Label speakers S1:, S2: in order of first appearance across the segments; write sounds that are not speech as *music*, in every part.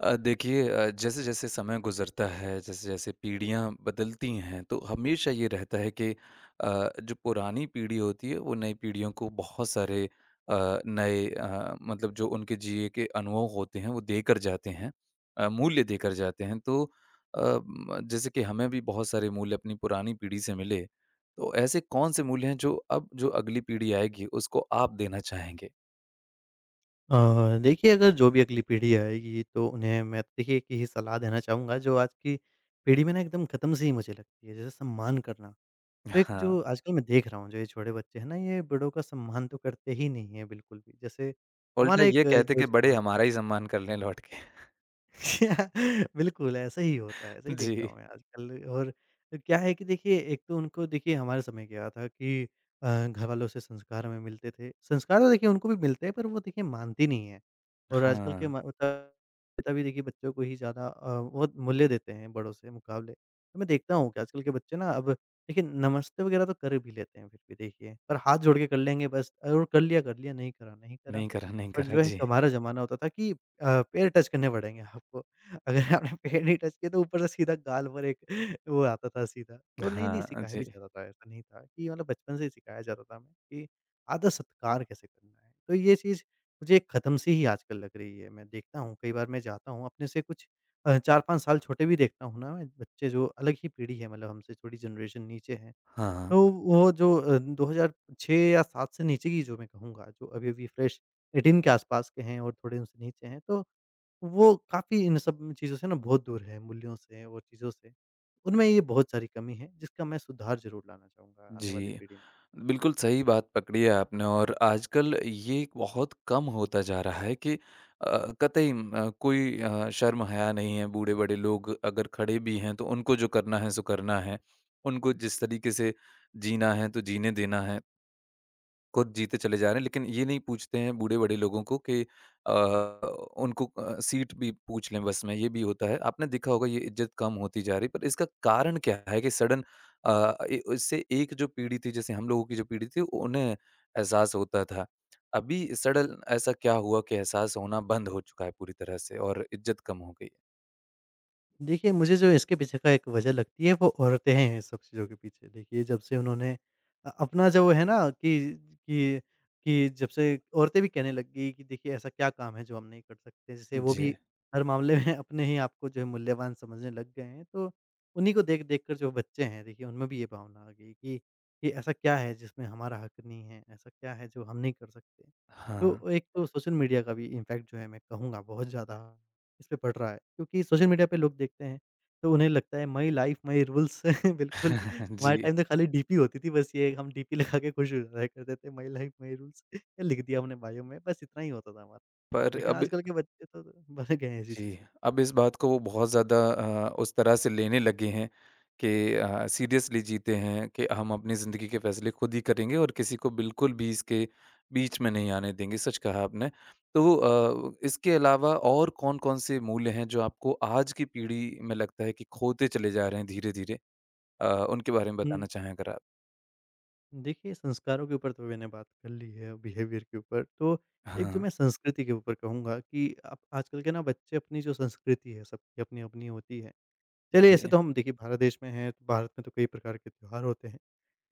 S1: देखिए जैसे-जैसे समय गुज़रता है, जैसे-जैसे पीढ़ियाँ बदलती हैं, तो हमेशा ये रहता है कि जो पुरानी पीढ़ी होती है, वो नई पीढ़ियों को बहुत सारे नए मतलब जो उनके जिए के अनुभव होते हैं, वो देकर जाते हैं मूल्य देकर जाते हैं। तो अ, म जैसे कि हमें भी बहुत सारे मूल्य अपनी पुरानी पीढ़ी से मिले, तो ऐसे कौन-से मूल्य हैं, जो अब जो अगली पीढ़ी आएगी, उसको आप देना चाहेंगे?
S2: देखिए, अगर जो भी अगली पीढ़ी आएगी तो उन्हें मैं देखिए एक ही सलाह देना चाहूँगा, जो आज की पीढ़ी में ना एकदम ख़त्म सी ही मुझे लगती है, जैसे सम्मान करना। तो एक
S1: हाँ,
S2: जो आजकल मैं देख रहा हूँ, जो ये छोटे बच्चे हैं ना, ये बड़ों का सम्मान तो करते ही नहीं है बिल्कुल भी। जैसे
S1: उल्टा
S2: हमारा एक
S1: ये कहते
S2: जो
S1: कि बड़े
S2: जमा
S1: हमारा ही सम्मान कर लें लौट के।
S2: *laughs* बिल्कुल, ऐसा ही होता है, ऐसा ही देखता
S1: जी।
S2: हूँ मैं आजकल। और क्या है कि देखिए, एक तो उनको देखिए हमारे समय क्या था कि घरवालों से संस्कार हमें मिलते थे। संस्कार तो देखिए उनको भी मिलते हैं, पर वो देखिए मानती नहीं है। और आजकल के
S1: हाँ,
S2: माता-पिता भी देखिए बच्चों को ही ज़्यादा बहुत मूल्य देते हैं बड़ों से मुकाबले। तो मैं देखता हूँ कि आजकल के बच्चे ना अब देखिए नमस्ते वगैरह तो कर भी लेते हैं, फिर भी देखिए, पर हाथ जोड़ के कर लेंगे बस, और कर लिया, नहीं करा, नहीं करा।
S1: नहीं करा, नहीं
S2: पर
S1: करा।
S2: जो है,
S1: जी।
S2: हमारा ज़माना होता था कि पैर टच करने पड़ेंगे आपको। अगर आपने *laughs* पैर नहीं टच किए, तो ऊपर से सीधा गाल पर एक *laughs* वो आता था सीधा। तो नहीं-नहीं
S1: हाँ,
S2: सिखाया भी
S1: जी।
S2: जाता था, ऐसा नहीं था कि, मतलब बचपन से ही सिखाया जाता था हमें कि आदर-सत्कार कैसे करना है। तो ये चीज़ मुझे ख़त्म सी ही आजकल लग रही है। मैं देखता हूँ, कई बार मैं जाता हूँ अपने से कुछ 4-5 साल छोटे भी देखता हूँ ना मैं, बच्चे जो अलग ही पीढ़ी है, मतलब हमसे थोड़ी जनरेशन नीचे है।
S1: हाँ,
S2: तो वो जो 2006 या 7 से नीचे की जो मैं कहूँगा, जो अभी-अभी फ्रेश 18 के आसपास के हैं और थोड़े उनसे नीचे हैं, तो वो काफ़ी इन सब चीज़ों से ना बहुत दूर है, मूल्यों से और चीज़ों से। उनमें ये बहुत सारी कमी है, जिसका मैं सुधार ज़रूर लाना चाहूँगा आने वाली
S1: जी।
S2: पीढ़ी में।
S1: बिल्कुल सही बात पकड़ी है आपने और आजकल ये बहुत कम होता जा रहा है कि कोई शर्म-हया नहीं है, बूढ़े-बड़े लोग अगर खड़े भी हैं, तो उनको जो करना है सो करना है। उनको जिस तरीके से जीना है, तो जीने देना है। खुद जीते चले जा रहे हैं, लेकिन ये नहीं पूछते हैं बूढ़े-बड़े लोगों को कि अ, उनको सीट भी पूछ लें बस में, ये भी होता है। आपने देखा होगा ये इज़्ज़त कम होती जा रही है, पर इसका कारण क्या है कि सडन अ, ए इससे एक जो पीढ़ी थी, जैसे हम लोगों की जो पीढ़ी थी, उन्हें एहसास होता था। अभी सडन ऐसा क्या हुआ कि एहसास होना बंद हो चुका है पूरी तरह से और इज़्ज़त कम हो गई है?
S2: देखिए, मुझे जो इसके पीछे का एक वजह लगती है, वो औरतें हैं इन सब चीज़ों के पीछे। देखिए, जब से उन्होंने अपना जो है ना कि कि कि जब से औरतें भी कहने लग गई कि देखिए, ऐसा क्या काम है जो हम नहीं कर सकते। जैसे वो
S1: जी।
S2: भी हर मामले में *laughs* अपने ही आप को जो है मूल्यवान समझने लग गए हैं। तो उन्हीं को देख-देख कर जो बच्चे हैं, देखिए उनमें भी ये भावना आ गई कि ऐसा क्या है जिसमें हमारा हक नहीं है? ऐसा क्या है जो हम नहीं कर सकते?
S1: हाँ।
S2: तो एक तो सोशल मीडिया का भी इम्पैक्ट जो है, मैं कहूँगा बहुत ज़्यादा इस पे पड़ रहा है, क्योंकि सोशल मीडिया पे लोग देखते हैं, तो उन्हें लगता है माई लाइफ़ माई रूल्स। *laughs* बिल्कुल,
S1: *laughs*
S2: हमारे
S1: जी।
S2: टाइम तो खाली डीपी होती थी, बस ये हम डीपी लगा के खुश हो जाया करते थे, माई लाइफ़ माई रूल्स *laughs* ये लिख दिया हमने बायो में, बस इतना ही होता था हमारा।
S1: पर
S2: लेकिन
S1: अब
S2: आजकल के बच्चे तो भर गए हैं इसी चीज़
S1: जी,
S2: में।
S1: अब इस बात को वो बहुत ज़्यादा उस तरह से लेने लगे हैं कि सीरियसली जीते हैं कि हम अपनी ज़िंदगी के फैसले खुद ही करेंगे और किसी को बिल्कुल भी इसके बीच में नहीं आने देंगे, सच कहा आपने। तो इसके अलावा और कौन-कौन से मूल्य हैं जो आपको आज की पीढ़ी में लगता है कि खोते चले जा रहे हैं धीरे-धीरे? उनके बारे में बताना
S2: हुँ,
S1: चाहें अगर आप?
S2: देखिए, संस्कारों के ऊपर तो मैंने बात कर ली है, बिहेवियर के ऊपर, तो एक जो
S1: हाँ,
S2: मैं संस्कृति के ऊपर कहूँगा कि आप आजकल के ना बच्चे, अपनी जो संस्कृति है, सबकी अपनी-अपनी होती है। चलिए, ऐसे
S1: जी,
S2: तो हम देखिए भारत देश में हैं, तो भारत में तो कई प्रकार के त्योहार होते हैं।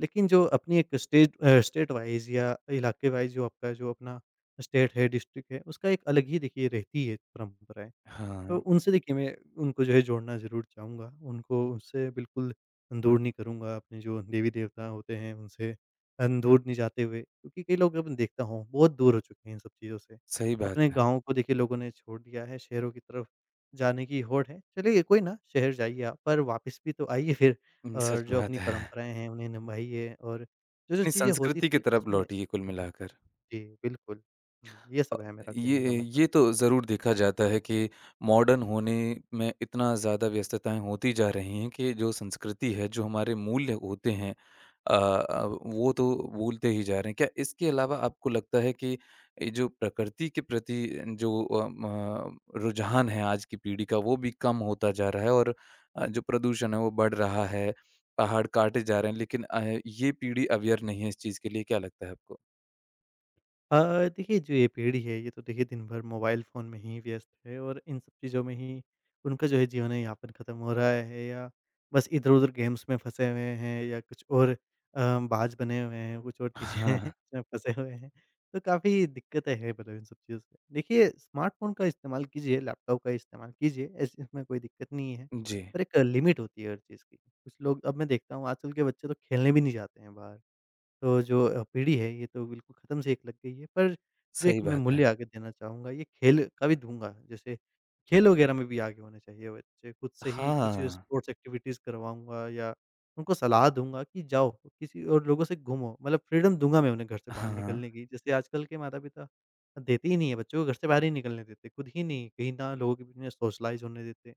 S2: लेकिन जो अपनी स्टेट वाइज़ या इलाके वाइज़, जो आपका जो अपना स्टेट है, डिस्ट्रिक्ट है, उसका एक अलग ही देखिए रहती है परंपराएँ। तो
S1: हाँ,
S2: उनसे देखिए मैं उनको जो है जोड़ना ज़रूर चाहूँगा, उनको उससे बिल्कुल दूर नहीं करूँगा, अपने जो देवी-देवता होते हैं उनसे दूर नहीं जाते हुए, क्योंकि कई लोग अब मैं देखता हूँ बहुत दूर हो चुके हैं इन सब चीज़ों से।
S1: सही बात
S2: अपने
S1: है।
S2: गाँव को देखिए लोगों ने छोड़ दिया है, शहरों की तरफ जाने की होड़ है। चलिए, कोई ना शहर जाइए आप, पर वापस भी तो आइए फिर।
S1: हुँ, सच
S2: और जो
S1: बात
S2: अपनी
S1: है।
S2: परंपराएँ हैं उन्हें निभाइए, और जो-जो
S1: अपनी
S2: चीज़ें होती
S1: संस्कृति की
S2: थी
S1: तरफ
S2: उसमें।
S1: लौटिए कुल
S2: हुँ, हुँ।
S1: मिलाकर।
S2: जी, बिल्कुल। ये
S1: अ,
S2: सब है मेरा कहने का
S1: ये
S2: मत।
S1: ये तो ज़रूर देखा जाता है कि मॉडर्न होने में इतना ज़्यादा व्यस्तताएँ होती जा रही हैं कि जो संस्कृति है, जो हमारे मूल्य होते हैं वो तो भूलते ही जा रहे हैं। क्या इसके अलावा आपको लगता है कि ये जो प्रकृति के प्रति जो अम, अ, म रुझान है आज की पीढ़ी का वो भी कम होता जा रहा है और जो प्रदूषण है वो बढ़ रहा है, पहाड़ काटे जा रहे हैं लेकिन ये पीढ़ी अवेयर नहीं है इस चीज़ के लिए, क्या लगता है आपको?
S2: देखिए, जो ये पीढ़ी है, ये तो देखिए दिन भर मोबाइल फ़ोन में ही व्यस्त है, और इन सब चीज़ों में ही उनका जो है जीवन यापन ख़त्म हो रहा है, या बस इधर-उधर गेम्स में फँसे हुए हैं, या कुछ और बाज बने हुए हैं, कुछ और चीज़ें हैं
S1: हाँ,
S2: *laughs* जिसमें फँसे हुए हैं। तो काफ़ी दिक्कतें हैं, मतलब इन सब चीज़ों से। देखिए, स्मार्टफ़ोन का इस्तेमाल कीजिए, लैपटॉप का इस्तेमाल कीजिए, ऐसे इसमें कोई दिक्कत नहीं है,
S1: जी,
S2: पर एक लिमिट होती है हर चीज़ की। कुछ लोग, अब मैं देखता हूँ आजकल के बच्चे तो खेलने भी नहीं जाते हैं बाहर। तो जो पीढ़ी है, ये तो बिल्कुल ख़त्म से एक लग गई है। पर जो
S1: सही
S2: एक मैं
S1: बात है।
S2: मूल्य आगे देना चाहूँगा, ये खेल का भी दूँगा। जैसे खेल वग़ैरह में भी आगे होने चाहिए बच्चे। खुद से ही कुछ
S1: हाँ,
S2: स्पोर्ट्स एक्टिविटीज़ करवाऊँगा, या उनको सलाह दूँगा कि जाओ किसी और लोगों से घूमो। मतलब फ्रीडम दूँगा मैं उन्हें घर से बाहर
S1: हाँ,
S2: निकलने की। जैसे आजकल के माता-पिता देते ही नहीं है बच्चों को, घर से बाहर ही निकलने देते। खुद ही नहीं कहीं, ना लोगों के बीच में सोशलाइज़ होने देते,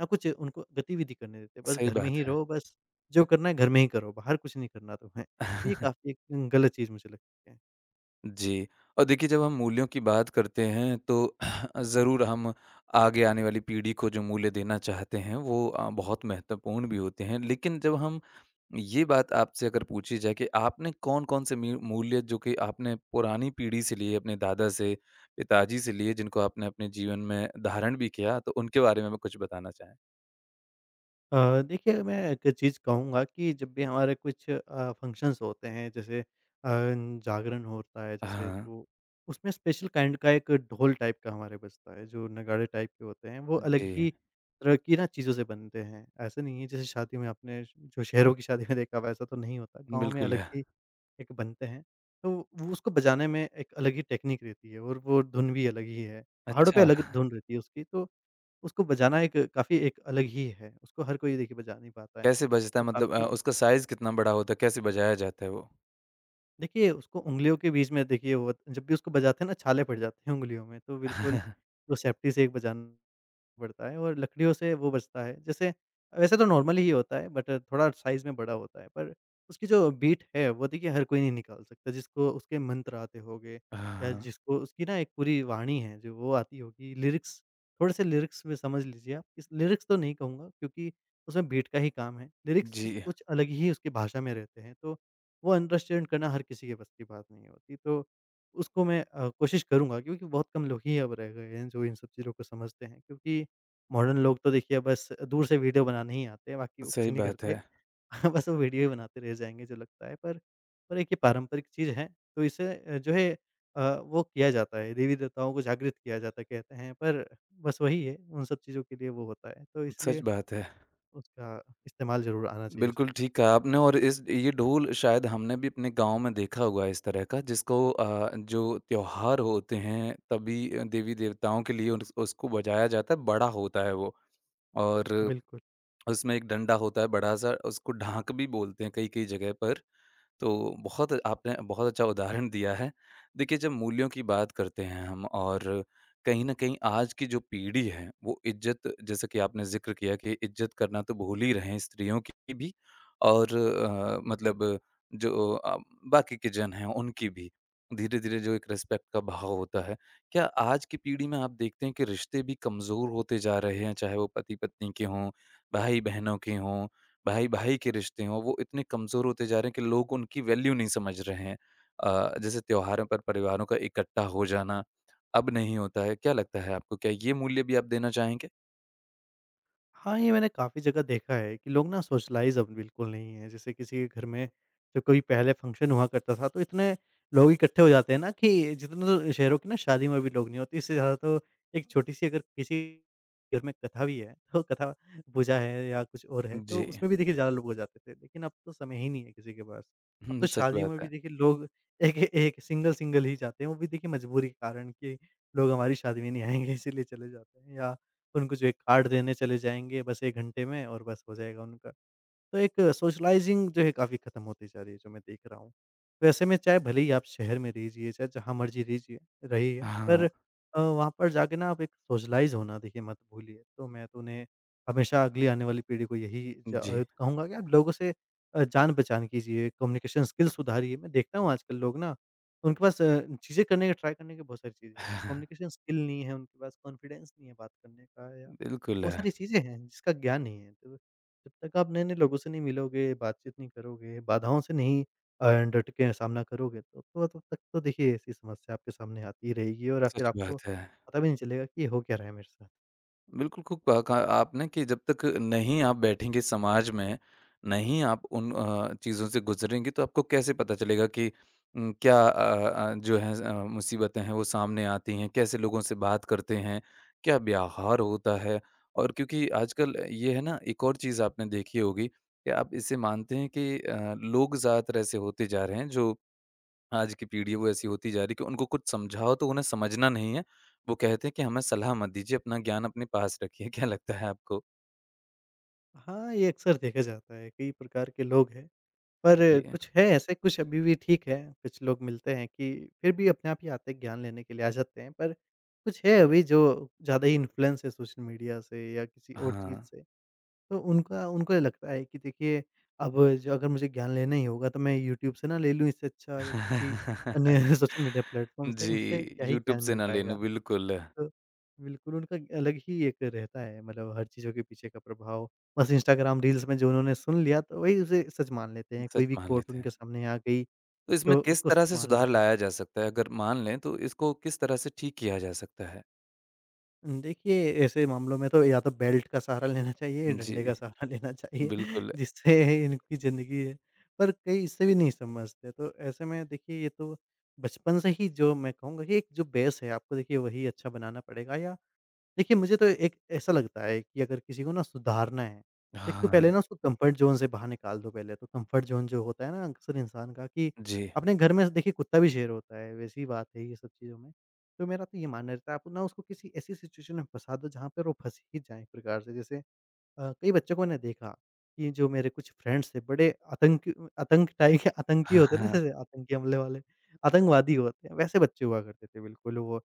S2: ना कुछ उनको गतिविधि करने देते। बस
S1: सही
S2: घर में
S1: बात
S2: ही
S1: है।
S2: रहो, बस जो करना है घर में ही करो, बाहर कुछ नहीं करना तुम्हें। तो ये
S1: *laughs*
S2: काफ़ी एक गलत चीज़ मुझे लगती है।
S1: जी, और देखिए जब हम मूल्यों की बात करते हैं तो *clears throat* ज़रूर हम आगे आने वाली पीढ़ी को जो मूल्य देना चाहते हैं वो बहुत महत्वपूर्ण भी होते हैं। लेकिन जब हम ये बात आपसे अगर पूछी जाए कि आपने कौन-कौन से मी मूल्य जो कि आपने पुरानी पीढ़ी से लिए, अपने दादा से, पिताजी से लिए जिनको आपने अपने जीवन में धारण भी किया, तो उनके बारे में भी कुछ बताना चाहें?
S2: देखिए, मैं एक चीज़ कहूँगा कि जब भी हमारे कुछ फ़ंक्शंस होते हैं, जैसे जागरण होता है जैसे,
S1: हाँ,
S2: तो उसमें स्पेशल काइंड का एक ढोल टाइप का हमारे बजता है, जो नगाड़े टाइप के होते हैं, वो अलग
S1: जी,
S2: ही तरह की ना चीज़ों से बनते हैं। ऐसा नहीं है जैसे शादी में आपने जो शहरों की शादी में देखा वैसा तो नहीं होता, गाँव में
S1: बिल्कुल।
S2: अलग
S1: है।
S2: ही एक बनते हैं। तो वो उसको बजाने में एक अलग ही टेक्नीक रहती है, और वो धुन भी अलग ही है। पहाड़ों पे
S1: अच्छा।
S2: अलग धुन रहती है उसकी, तो उसको बजाना एक काफ़ी एक अलग ही है, उसको हर कोई देखिए बजा नहीं पाता है।
S1: कैसे बजता है
S2: तो
S1: मतलब
S2: काफ़ी
S1: उसका साइज़ कितना बड़ा होता है? कैसे बजाया जाता है वो?
S2: देखिए उसको उँगलियों के बीच में देखिए, वो जब भी उसको बजाते हैं ना छाले पड़ जाते हैं उँगलियों में, तो बिल्कुल
S1: *laughs*
S2: वो सेफ्टी से एक बजाना बढ़ता है, और लकड़ियों से वो बचता है। जैसे वैसे तो नॉर्मल ही होता है, बट थोड़ा साइज़ में बड़ा होता है, पर उसकी जो बीट है, वो देखिए हर कोई नहीं निकाल सकता, जिसको उसके मंत्र आते होंगे, या
S1: हाँ,
S2: जिसको उसकी ना एक पूरी वाणी है जो वो आती होगी। लिरिक्स, थोड़े-से लिरिक्स में समझ लीजिए आप, इस लिरिक्स तो नहीं कहूँगा, क्योंकि उसमें बीट का ही काम है। लिरिक्स कुछ
S1: जी,
S2: कुछ अलग ही उसकी भाषा में रहते हैं, तो वो अंडरस्टैंड करना हर किसी के बस की बात नहीं होती। तो उसको मैं कोशिश करूँगा, क्योंकि बहुत कम लोग ही अब रह गए हैं जो इन सब चीज़ों को समझते हैं, क्योंकि मॉडर्न लोग तो देखिए बस दूर से वीडियो बनाने ही आते हैं, बाकी वो कुछ
S1: सही
S2: नहीं
S1: बात है।
S2: करते। *laughs* बस वो वीडियो ही बनाते रह जाएँगे जो लगता है, पर एक ये पारंपरिक चीज़ है, तो इसे जो है, वो किया जाता है, देवी-देवताओं को जागृत किया जाता है कहते हैं, पर बस वही है, उन सब चीज़ों के लिए वो होता है, तो
S1: सच
S2: इसलिए
S1: बात है।
S2: उसका इस्तेमाल ज़रूर आना चाहिए
S1: बिल्कुल
S2: सभी को।
S1: ठीक कहा आपने और इस ये ढोल शायद हमने भी अपने गाँव में देखा हुआ है इस तरह का जिसको जो त्योहार होते हैं तभी देवी-देवताओं के लिए उस उसको बजाया जाता है, बड़ा होता है वो और
S2: बिल्कुल।
S1: उसमें एक डंडा होता है बड़ा-सा उसको ढाक भी बोलते हैं कई-कई जगह पर। तो बहुत आपने बहुत अच्छा उदाहरण दिया है। देखिए, जब मूल्यों की बात करते हैं हम और कहीं न कहीं आज की जो पीढ़ी है, वो इज़्ज़त जैसा कि आपने ज़िक्र किया कि इज़्ज़त करना तो भूल ही रहे हैं स्त्रियों की भी और मतलब जो बाकी के जन हैं, उनकी भी। धीरे-धीरे जो एक रिस्पेक्ट का भाव होता है। क्या आज की पीढ़ी में आप देखते हैं कि रिश्ते भी कमज़ोर होते जा रहे हैं, चाहे वो पति-पत्नी के हों, भाई-बहनों के हों भाई-भाई के रिश्ते हों, वो इतने कमज़ोर होते जा रहे हैं कि लोग उनकी वैल्यू नहीं समझ रहे हैं। जैसे त्योहारों पर परिवारों का इकट्ठा हो जाना, अब नहीं होता है। क्या लगता है आपको, क्या ये मूल्य भी आप देना चाहेंगे?
S2: हाँ, ये मैंने काफ़ी जगह देखा है कि लोग ना सोशलाइज़ अब बिल्कुल नहीं है। जैसे किसी के घर में जब कोई पहले फंक्शन हुआ करता था, तो इतने लोग इकट्ठे हो जाते हैं ना, कि जितने तो शहरों की ना शादी में भी लोग नहीं होते। इससे ज़्यादा तो एक छोटी-सी अगर किसी घर में कथा भी है, तो कथा पूजा है या कुछ और है, तो
S1: जी। *laughs*
S2: उसमें भी देखिए ज़्यादा लोग हो जाते थे। लेकिन अब तो समय ही नहीं है किसी के पास। अब तो
S1: हुँ, सच
S2: शादियों में
S1: बात है।
S2: भी देखिए लोग एक एक सिंगल-सिंगल ही जाते हैं। वो भी देखिए मजबूरी के कारण कि लोग हमारी शादी में नहीं आएँगे, इसीलिए चले जाते हैं, या उनको जो है कार्ड देने चले जाएँगे बस 1 घंटे में, और बस हो जाएगा उनका। तो एक सोशलाइज़िंग जो है काफ़ी ख़त्म होती जा रही है, जो मैं देख रहा हूँ। तो ऐसे में चाहे भले ही आप शहर में रहिजिए, चाहे जहाँ मर्ज़ी रहिजिए रहिए, पर
S1: हाँ,
S2: वहाँ पर जाके ना आप एक सोशलाइज़ होना देखिए मत भूलिए। तो मैं तो उन्हें हमेशा अगली आने वाली पीढ़ी को यही
S1: जी।
S2: कहूँगा, कि आप लोगों से जान-पहचान कीजिए, कम्युनिकेशन स्किल सुधारिए। मैं देखता हूँ आजकल लोग ना, उनके पास चीज़ें करने के, ट्राई करने के बहुत सारी चीज़ें हैं।
S1: *laughs*
S2: कम्युनिकेशन स्किल नहीं है उनके पास, कॉन्फिडेंस नहीं है बात करने का, या
S1: बिल्कुल,
S2: बहुत
S1: है,
S2: सारी चीज़ें हैं जिसका ज्ञान नहीं है। तो जब तक आप नए-नए लोगों से नहीं मिलोगे, बातचीत नहीं करोगे, बाधाओं से नहीं अ, डट के सामना करोगे तो तब तक तो देखिए ऐसी समस्या आपके सामने आती ही रहेगी और फिर
S1: सच
S2: आपको
S1: बात है।
S2: पता भी नहीं चलेगा कि ये हो क्या रहा है मेरे साथ।
S1: बिल्कुल, खूब कहा कहा आपने कि जब तक नहीं आप बैठेंगे समाज में, नहीं आप उन चीज़ों से गुज़रेंगे तो आपको कैसे पता चलेगा कि क्या जो है मुसीबतें हैं वो सामने आती हैं, कैसे लोगों से बात करते हैं, क्या व्यवहार होता है? और क्योंकि आजकल ये है ना एक और चीज़ आपने देखी होगी, क्या आप इसे मानते हैं कि लोग ज़्यादातर ऐसे होते जा रहे हैं जो आज की पीढ़ी वो ऐसी होती जा रही है कि उनको कुछ समझाओ तो उन्हें समझना नहीं है। वो कहते हैं कि हमें सलाह मत दीजिए, अपना ज्ञान अपने पास रखिए। क्या लगता है आपको?
S2: हाँ, ये अक्सर देखा जाता है, कई प्रकार के लोग हैं, पर
S1: जी।
S2: कुछ है ऐसे कुछ अभी भी ठीक है, कुछ लोग मिलते हैं कि फिर भी अपने आप ही आते हैं ज्ञान लेने के लिए आ जाते हैं, पर कुछ है अभी जो ज़्यादा ही इन्फ्लुएंस है सोशल मीडिया से या किसी और चीज़
S1: हाँ।
S2: से। तो उनका उनको ये लगता है कि देखिए अब जो अगर मुझे ज्ञान लेना ही होगा तो मैं यूट्यूब से ना ले लूँ इससे अच्छा, या किसी अन्य
S1: *laughs*
S2: *laughs* सोशल मीडिया प्लेटफ़ॉर्म से
S1: जी,
S2: इनसे क्या ही
S1: यूट्यूब
S2: ज्ञान
S1: से
S2: मिल
S1: ना लेना
S2: पाएगा।
S1: बिल्कुल,
S2: तो बिल्कुल उनका अलग ही एक रहता है, मतलब हर चीज़ों के पीछे का प्रभाव। बस इंस्टाग्राम रील्स में जो उन्होंने सुन लिया तो वही उसे सच मान लेते हैं।
S1: सच
S2: कोई भी
S1: मान
S2: कोट
S1: लेते हैं।
S2: उनके सामने आ गई
S1: तो इसमें
S2: तो
S1: किस
S2: उसको
S1: तरह
S2: सच
S1: से
S2: मान
S1: सुधार
S2: लेते हैं।
S1: लाया जा सकता है? अगर मान लें तो इसको किस तरह से ठीक किया जा सकता है?
S2: देखिए, ऐसे मामलों में तो या तो बेल्ट का सहारा लेना चाहिए, डंडे
S1: जी,
S2: का सहारा लेना चाहिए, *laughs*
S1: बिल्कुल।
S2: जिससे इनकी ज़िंदगी है। पर कई इससे भी नहीं समझते, तो ऐसे में देखिए, ये तो बचपन से ही जो मैं कहूँगा कि एक जो बेस है, आपको देखिए वही अच्छा बनाना पड़ेगा। या देखिए, मुझे तो एक ऐसा लगता है कि अगर किसी को ना सुधारना है, एक तो
S1: हाँ,
S2: पहले ना उसको कम्फ़र्ट ज़ोन से बाहर निकाल दो पहले तो। कम्फ़र्ट ज़ोन जो होता है ना अक्सर इंसान का कि
S1: जी।
S2: अपने घर में देखिए कुत्ता भी शेर होता है, वैसी ही बात है ये सब चीज़ों में। तो मेरा तो ये मानना रहता है आप ना उसको किसी ऐसी सिचुएशन में फँसा दो जहाँ पर वो फँस ही जाए एक प्रकार से। जैसे कई बच्चों को मैंने देखा कि जो मेरे कुछ फ्रेंड्स थे बड़े आतंकी, आतंक टाइप के आतंकी
S1: *laughs* हाँ,
S2: होते हैं ना
S1: हाँ।
S2: जैसे आतंकी हमले वाले, आतंकवादी होते हैं वैसे बच्चे हुआ करते थे बिल्कुल वो।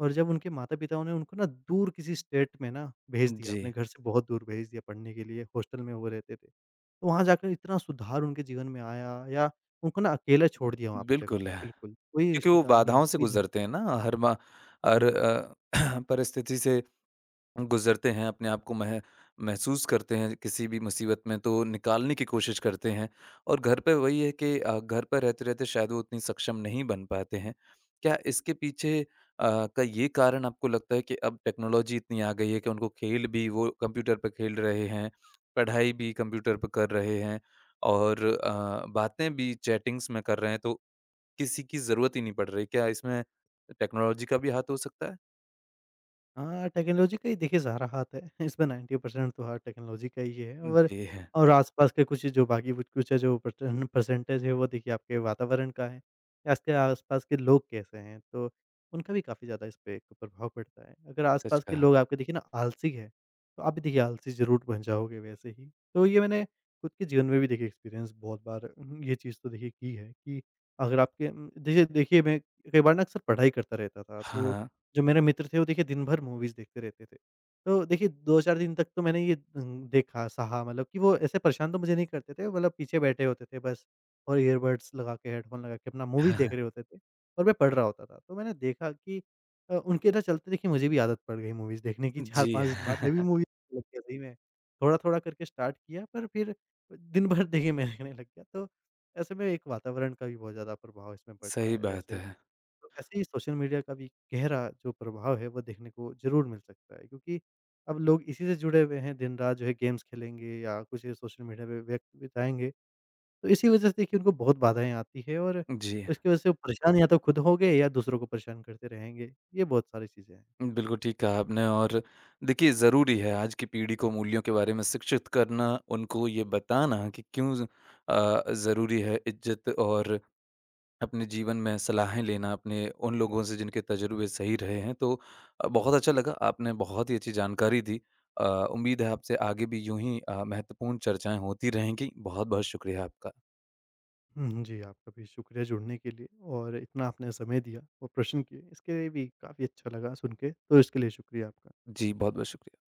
S2: और जब उनके माता-पिताओं ने उनको ना दूर किसी स्टेट में ना भेज दिया,
S1: जी,
S2: अपने घर से बहुत दूर भेज दिया पढ़ने के लिए, हॉस्टल में वो रहते थे। तो वहाँ जाकर इतना सुधार उनके जीवन में आया। या उनको ना अकेला छोड़ दिया वहाँ पे जगह
S1: बिल्कुल।
S2: पे
S1: क्योंकि
S2: बिल्कुल, कोई
S1: वो
S2: रिश्तेदार नहीं,
S1: बाधाओं से
S2: कोई जन।
S1: गुज़रते हैं ना, हर
S2: हुँ।
S1: *clears throat* परिस्थिति से गुज़रते हैं, अपने आप को मह महसूस करते हैं किसी भी मुसीबत में, तो निकालने की कोशिश करते हैं और घर पे वही है कि घर पर रहते-रहते शायद वो उतनी सक्षम नहीं बन पाते हैं। क्या इसके पीछे का ये कारण आपको लगता है कि अब टेक्नोलॉजी इतनी आ गई है कि उनको खेल भी वो कंप्यूटर पे खेल रहे हैं, पढ़ाई भी कंप्यूटर पे कर रहे हैं और बातें भी चैटिंग्स में कर रहे हैं, तो किसी की ज़रूरत ही नहीं पड़ रही। क्या इसमें टेक्नोलॉजी का भी हाथ हो सकता है?
S2: हाँ, टेक्नोलॉजी का ही देखिए सारा हाथ है। *laughs* इसमें 90% तो हाथ टेक्नोलॉजी का ही है। और
S1: जी, है,
S2: और आसपास के कुछ जो बाकी कुछ कुछ है जो परसेंटेज है वो देखिए आपके वातावरण का है, या इसके आसपास के लोग कैसे हैं, तो उनका भी काफ़ी ज़्यादा इस पे एक प्रभाव पड़ता है। अगर
S1: सच
S2: आसपास के
S1: कहा।
S2: लोग आपके देखिए ना आलसी हैं, तो आप भी देखिए आलसी ज़रूर बन जाओगे वैसे ही। तो ये मैंने खुद के जीवन में भी देखिए एक्सपीरियंस बहुत बार ये चीज़ तो देखिए की है कि अगर आपके देखिए देखिए मैं कई बार ना अक्सर पढ़ाई करता रहता था, तो
S1: हाँ।
S2: जो मेरे मित्र थे वो देखिए दिन भर मूवीज़ देखते रहते थे। तो देखिए 2-4 दिन तक तो मैंने ये देखा, सहा, मतलब कि वो ऐसे परेशान तो मुझे नहीं करते थे, मतलब पीछे बैठे होते थे बस और ईयरबड्स लगा के, हेडफ़ोन लगा के अपना
S1: *laughs*
S2: मूवी देख
S1: हाँ,
S2: रहे होते थे और मैं पढ़ रहा होता था। तो मैंने देखा कि उनके ना चलते देखिए मुझे भी आदत पड़ गई मूवीज़ देखने की।
S1: जी,
S2: 4-5 दिन
S1: है,
S2: बाद मैं भी मूवी लग गया सही में। थोड़ा-थोड़ा करके स्टार्ट किया पर फिर दिन भर देखिए मैं *laughs* देखने लग गया। तो ऐसे में एक वातावरण का भी बहुत ज़्यादा प्रभाव इसमें पड़ता
S1: सही
S2: है
S1: बात
S2: वैसे ही।
S1: है।
S2: तो ऐसे ही सोशल मीडिया का भी गहरा जो प्रभाव है वो देखने को ज़रूर मिल सकता है, क्योंकि अब लोग इसी से जुड़े हुए हैं दिन रात जो है गेम्स खेलेंगे या कुछ सोशल मीडिया पे वक़्त बिताएँगे। तो इसी वजह से देखिए उनको बहुत बाधाएँ आती है और
S1: जी,
S2: उसकी वजह से वो परेशान या तो खुद हो गए या दूसरों को परेशान करते रहेंगे। ये बहुत सारी चीज़ें हैं।
S1: बिल्कुल ठीक कहा आपने और देखिए ज़रूरी है आज की पीढ़ी को मूल्यों के बारे में शिक्षित करना, उनको ये बताना कि क्यों ज़रूरी है इज़्ज़त और अपने जीवन में सलाहें लेना अपने उन लोगों से जिनके तजुर्बे सही रहे हैं तो बहुत अच्छा लगा आपने बहुत ही अच्छी जानकारी दी अ, उम्मीद है आपसे आगे भी यूं ही महत्वपूर्ण चर्चाएं होती रहेंगी बहुत बहुत शुक्रिया आपका
S2: हुँ, जी आपका भी शुक्रिया जुड़ने के लिए और इतना आपने समय दिया और प्रश्न किए इसके लिए भी काफ़ी अच्छा लगा सुन के, तो इसके लिए शुक्रिया आपका।
S1: जी बहुत बहुत शुक्रिया।